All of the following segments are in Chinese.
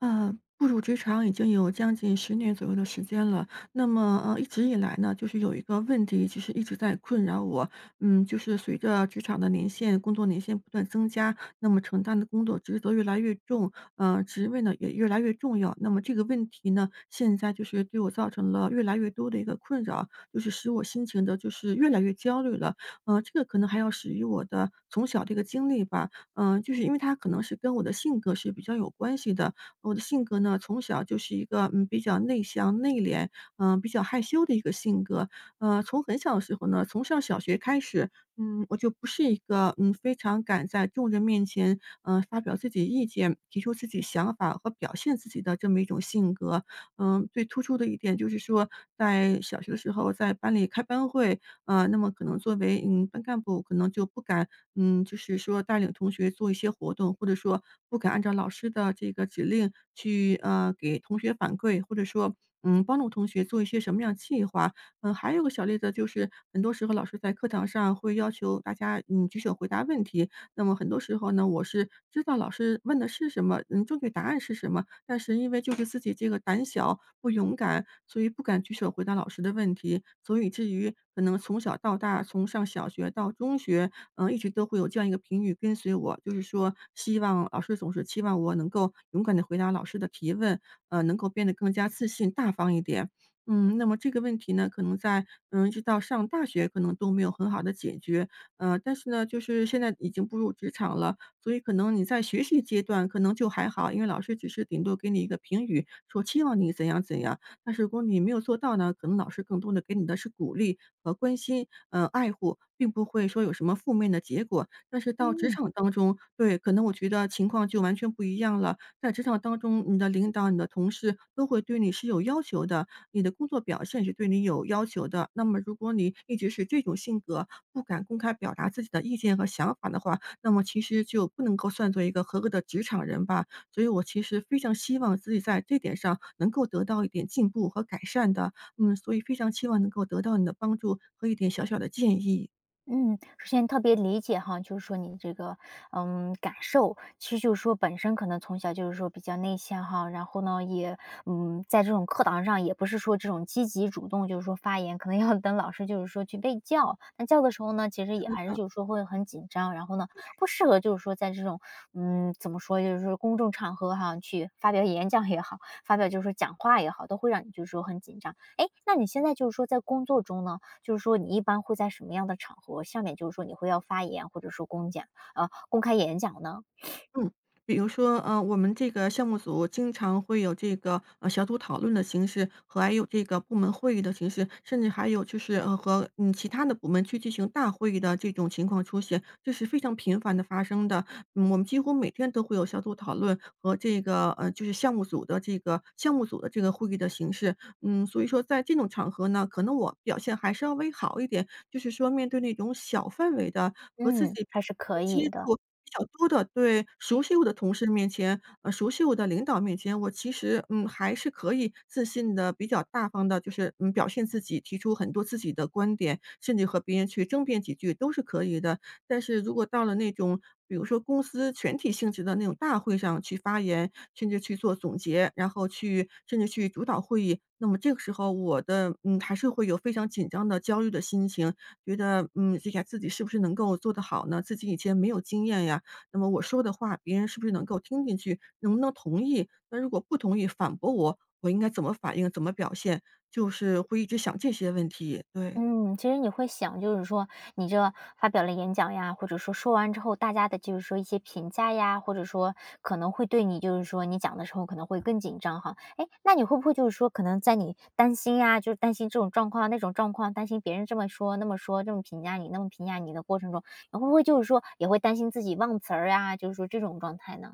步入职场已经有将近10年左右的时间了。那么，一直以来呢，就是有一个问题，其实一直在困扰我。就是随着职场的年限、工作年限不断增加，那么承担的工作职责越来越重，职位呢也越来越重要。那么这个问题呢，现在就是对我造成了越来越多的一个困扰，就是使我心情的就是越来越焦虑了。这个可能还要始于我的从小这个经历吧。嗯、就是因为它可能是跟我的性格是比较有关系的。我的性格呢，从小就是一个，比较内向、内敛，比较害羞的一个性格。从很小的时候呢，从上小学开始，我就不是一个，非常敢在众人面前发表自己意见、提出自己想法和表现自己的这么一种性格。最突出的一点就是说，在小学的时候在班里开班会，那么可能作为，班干部可能就不敢，就是说带领同学做一些活动，或者说不敢按照老师的这个指令去，给同学反馈，或者说，帮助同学做一些什么样的计划。还有个小例子就是，很多时候老师在课堂上会要求大家，举手回答问题，那么很多时候呢，我是知道老师问的是什么，正确答案是什么，但是因为就是自己这个胆小不勇敢，所以不敢举手回答老师的问题，所以至于可能从小到大，从上小学到中学，一直都会有这样一个评语跟随我，就是说希望老师总是期望我能够勇敢的回答老师的提问，能够变得更加自信、大方一点。那么这个问题呢，可能在一直到上大学可能都没有很好的解决，但是呢，就是现在已经步入职场了，所以可能你在学习阶段可能就还好，因为老师只是顶多给你一个评语，说期望你怎样怎样。但是如果你没有做到呢，可能老师更多的给你的是鼓励和关心，爱护，并不会说有什么负面的结果。但是到职嗯场当中，对，可能我觉得情况就完全不一样了。在职场当中，你的领导、你的同事都会对你是有要求的，你的工作表现是对你有要求的。那么如果你一直是这种性格，不敢公开表达自己的意见和想法的话，那么其实就不能够算作一个合格的职场人吧。所以我其实非常希望自己在这点上能够得到一点进步和改善的，所以非常期望能够得到你的帮助和一点小小的建议。嗯，首先特别理解哈，就是说你这个感受，其实就是说本身可能从小就是说比较内向哈，然后呢也在这种课堂上也不是说这种积极主动，就是说发言，可能要等老师就是说去被叫，那叫的时候呢，其实也是还是的。就是说会很紧张，然后呢不适合就是说在这种怎么说就是说公众场合哈去发表演讲也好，发表就是说讲话也好，都会让你就是说很紧张。哎，那你现在就是说在工作中呢？就是说你一般会在什么样的场合下面就是说你会要发言或者说公开演讲呢？嗯，比如说，我们这个项目组经常会有这个，小组讨论的形式，和还有这个部门会议的形式，甚至还有就是，和其他的部门去进行大会议的这种情况出现，这是非常频繁的发生的。我们几乎每天都会有小组讨论和这个，就是项目组的这个会议的形式。所以说在这种场合呢，可能我表现还稍微好一点，就是说面对那种小范围的和自己嗯，平还是可常接以的。触比较多的对，熟悉我的同事面前，熟悉我的领导面前，我其实，还是可以自信的、比较大方的，就是，表现自己，提出很多自己的观点，甚至和别人去争辩几句都是可以的。但是如果到了那种比如说公司全体性质的那种大会上去发言，甚至去做总结，然后去甚至去主导会议，那么这个时候我的还是会有非常紧张的、焦虑的心情，觉得，这个自己是不是能够做得好呢？自己以前没有经验呀，那么我说的话，别人是不是能够听进去，能不能同意？那如果不同意，反驳我，我应该怎么反应，怎么表现？就是会一直想这些问题，对。嗯，其实你会想就是说你这发表了演讲呀，或者说说完之后大家的就是说一些评价呀，或者说可能会对你就是说你讲的时候可能会更紧张哈。哎，那你会不会就是说可能在你担心呀，就是担心这种状况、那种状况，担心别人这么说、那么说，这么评价你、那么评价你的过程中，你会不会就是说也会担心自己忘词儿呀？就是说这种状态呢？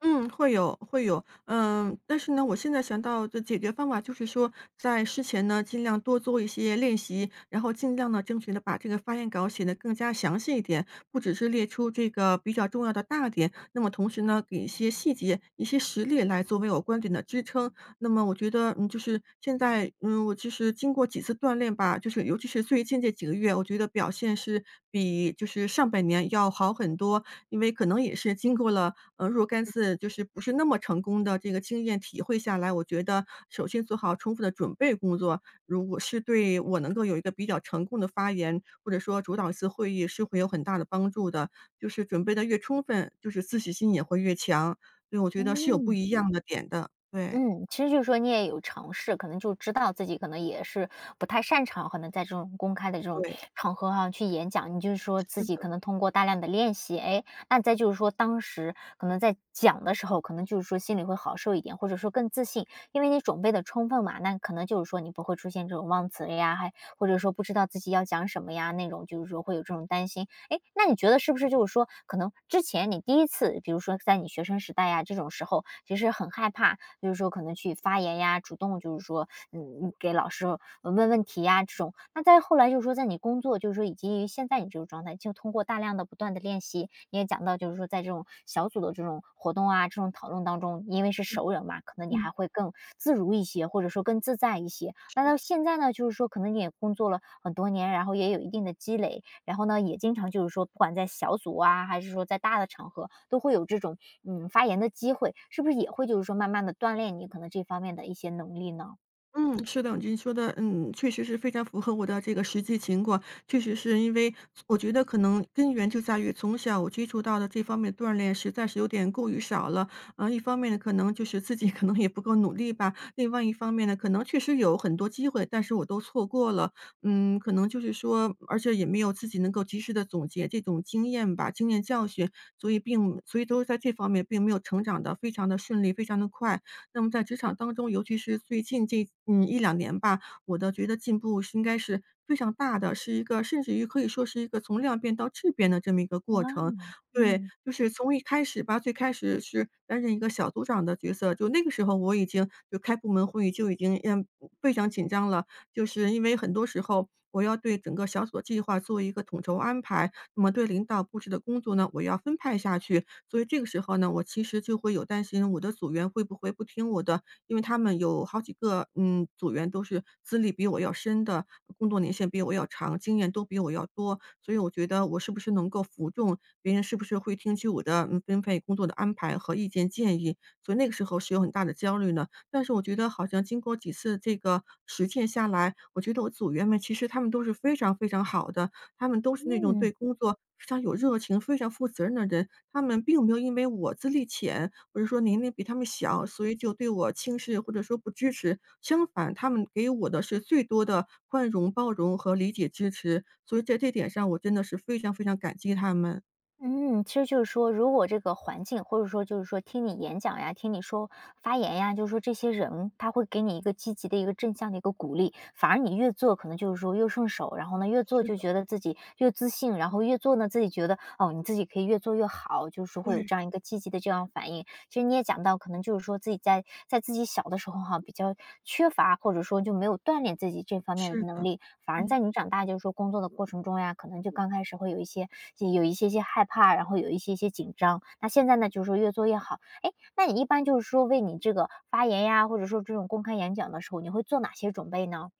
嗯，会有会有，但是呢，我现在想到的解决方法就是说，在事前呢，尽量多做一些练习，然后尽量呢，争取呢，把这个发言稿写得更加详细一点，不只是列出这个比较重要的大点，那么同时呢，给一些细节、一些实例来作为我观点的支撑，那么我觉得，就是现在，我其实经过几次锻炼吧，就是尤其是最近这几个月，我觉得表现是比就是上半年要好很多。因为可能也是经过了，若干次就是不是那么成功的这个经验体会下来，我觉得首先做好充分的准备工作，如果是对我能够有一个比较成功的发言，或者说主导一次会议是会有很大的帮助的。就是准备的越充分，就是自信心也会越强。对，我觉得是有不嗯，一样的点的，对。嗯，其实就是说你也有尝试，可能就知道自己可能也是不太擅长，可能在这种公开的这种对，场合上去演讲。你就是说自是己的，可能通过大量的练习，哎，那再就是说当时可能在讲的时候，可能就是说心里会好受一点，或者说更自信，因为你准备的充分嘛，那可能就是说你不会出现这种忘词呀，还或者说不知道自己要讲什么呀那种，就是说会有这种担心。哎，那你觉得是不是就是说，可能之前你第一次，比如说在你学生时代呀这种时候，其实很害怕，就是说可能去发言呀，主动就是说，嗯，给老师问问题呀这种。那再后来就是说，在你工作，就是说以及现在你这种状态，就通过大量的不断的练习，你也讲到就是说，在这种小组的这种活动啊，这种讨论当中，因为是对，熟人嘛，可能你嗯，还会更自如一些，或者说更自在一些。那到现在呢，就是说可能你也工作了很多年，然后也有一定的积累，然后呢，也经常就是说，不管在小组啊，还是说在大的场合，都会有这种发言的机会，是不是也会就是说慢慢的锻炼你可能这方面的一些能力呢？嗯，是的，您说的，确实是非常符合我的这个实际情况。确实是因为我觉得可能根源就在于从小我接触到的这方面锻炼实在是有点过于少了。一方面呢，可能就是自己可能也不够努力吧，另外一方面呢，可能确实有很多机会，但是我都错过了。可能就是说，而且也没有自己能够及时的总结这种经验吧，经验教训，所以都在这方面并没有成长的非常的顺利，非常的快。那么在职场当中，尤其是最近这一两年吧，我的觉得进步是应该是非常大的，是一个甚至于可以说是一个从量变到质变的这么一个过哇，程。对，嗯就是从一开始吧，最开始是担任一个小组长的角色，就那个时候我已经就开部门会议就已经非常紧张了，就是因为很多时候我要对整个小组的计划做一个统筹安排，那么对领导布置的工作呢，我要分派下去，所以这个时候呢，我其实就会有担心我的组员会不会不听我的，因为他们有好几个，组员都是资历比我要深的，工作年限比我要长，经验都比我要多，所以我觉得我是不是能够服众，别人是不是会听取我的，分配工作的安排和意见建议，所以那个时候是有很大的焦虑呢。但是我觉得好像经过几次这个实践下来，我觉得我组员们其实他们都是非常非常好的，他们都是那种对嗯工作非常有热情、非常负责任的人，他们并没有因为我资历浅，或者说年龄比他们小，所以就对我轻视或者说不支持。相反，他们给我的是最多的宽容、包容和理解支持，所以在这点上我真的是非常非常感激他们。嗯，其实就是说，如果这个环境，或者说就是说听你演讲呀，听你说发言呀，就是说这些人他会给你一个积极的一个正向的一个鼓励，反而你越做可能就是说越顺手，然后呢越做是就的，觉得自己越自信，然后越做呢自己觉得哦你自己可以越做越好，就是会有对，这样一个积极的这样反应。其实你也讲到，可能就是说自己在自己小的时候哈，比较缺乏，或者说就没有锻炼自己这方面是的能的，力，反而嗯。在你长大，就是说工作的过程中呀，可能就刚开始会有就有一些些害怕，然后有一些些紧张。那现在呢，就是说越做越好。哎，那你一般就是说为你这个发言呀，或者说这种公开演讲的时候，你会做哪些准备呢？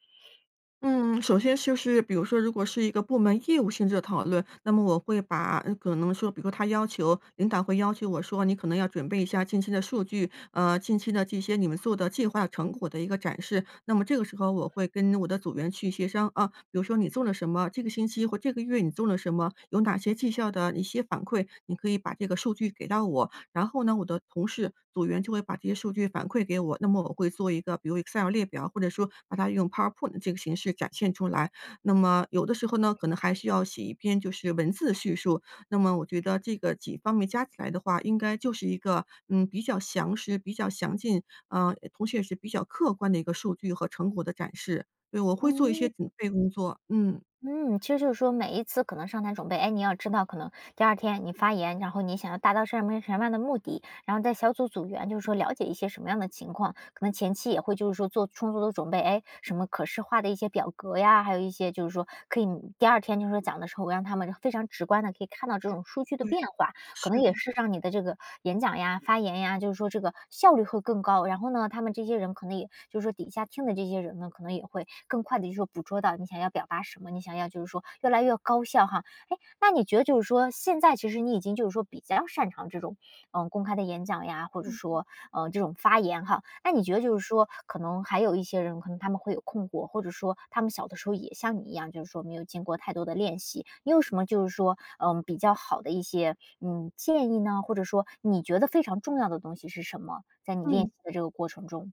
嗯，首先就是比如说，如果是一个部门业务性质的讨论，那么我会把可能说，比如说他要求领导会要求我说，你可能要准备一下近期的数据，近期的这些你们做的计划成果的一个展示。那么这个时候，我会跟我的组员去协商啊，比如说你做了什么，这个星期或这个月你做了什么，有哪些绩效的一些反馈，你可以把这个数据给到我。然后呢，我的同事组员就会把这些数据反馈给我，那么我会做一个比如 Excel 列表，或者说把它用 PowerPoint 这个形式展现出来。那么有的时候呢，可能还需要写一篇就是文字叙述。那么我觉得这个几方面加起来的话，应该就是一个比较详实、比较详尽，同时也是比较客观的一个数据和成果的展示。对，我会做一些嗯。准备工作。嗯，嗯，其实就是说每一次可能上台准备，哎，你要知道，可能第二天你发言，然后你想要达到什么什么样的目的，然后在小组组员就是说了解一些什么样的情况，可能前期也会就是说做充足的准备，哎，什么可视化的一些表格呀，还有一些就是说可以第二天就是说讲的时候，让他们非常直观的可以看到这种数据的对，变化，可能是也的，是让你的这个演讲呀、发言呀，就是说这个效率会更高。然后呢，他们这些人可能也就是说底下听的这些人呢，可能也会更快的，就说捕捉到你想要表达什么，你想要就是说越来越高效哈。哎，那你觉得就是说现在其实你已经就是说比较擅长这种公开的演讲呀，或者嗯说这种发言哈。那你觉得嗯就是说可能还有一些人可能他们会有困惑，或者说他们小的时候也像你一样，就是说没有经过太多的练习，你有什么就是说比较好的一些建议呢，或者说你觉得非常重要的东西是什么？在你练嗯。习的这个过程中。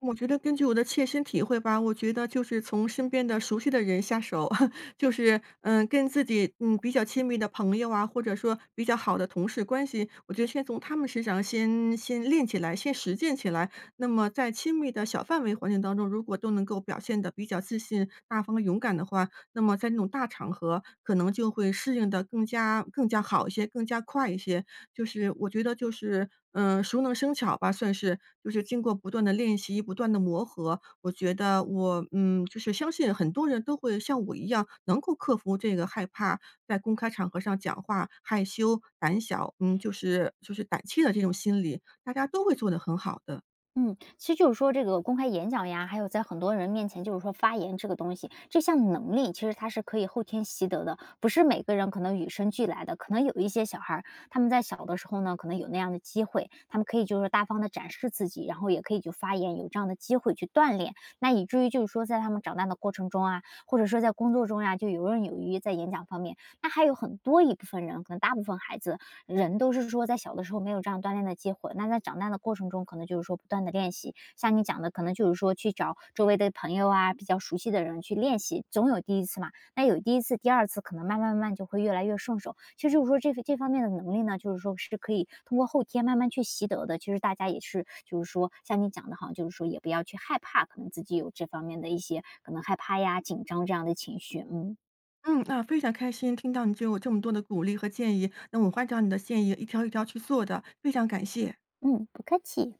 我觉得根据我的切身体会吧，我觉得就是从身边的熟悉的人下手，就是跟自己比较亲密的朋友啊，或者说比较好的同事关系，我觉得先从他们身上先练起来，先实践起来。那么在亲密的小范围环境当中，如果都能够表现的比较自信、大方、勇敢的话，那么在那种大场合，可能就会适应的更加更加好一些，更加快一些。就是我觉得就是，熟能生巧吧，算是。就是经过不断的练习、不断的磨合，我觉得我，就是相信很多人都会像我一样，能够克服这个害怕在公开场合上讲话、害羞、胆小，就是胆怯的这种心理，大家都会做得很好的。嗯，其实就是说这个公开演讲呀，还有在很多人面前，就是说发言这个东西，这项能力其实它是可以后天习得的，不是每个人可能与生俱来的。可能有一些小孩儿，他们在小的时候呢，可能有那样的机会，他们可以就是大方的展示自己，然后也可以就发言，有这样的机会去锻炼。那以至于就是说，在他们长大的过程中啊，或者说在工作中呀、就游刃有余在演讲方面。那还有很多一部分人，可能大部分孩子人都是说在小的时候没有这样锻炼的机会，那在长大的过程中，可能就是说不断的练习。像你讲的，可能就是说去找周围的朋友啊，比较熟悉的人去练习，总有第一次嘛。那有第一次、第二次，可能慢慢慢慢就会越来越顺手。其实就是说这方面的能力呢，就是说是可以通过后天慢慢去习得的。其实大家也是就是说像你讲的哈，好像就是说也不要去害怕，可能自己有这方面的一些可能害怕呀、紧张这样的情绪，嗯。嗯，那非常开心听到你对我这么多的鼓励和建议，那我会按照你的建议一条一条去做的，非常感谢。嗯，不客气。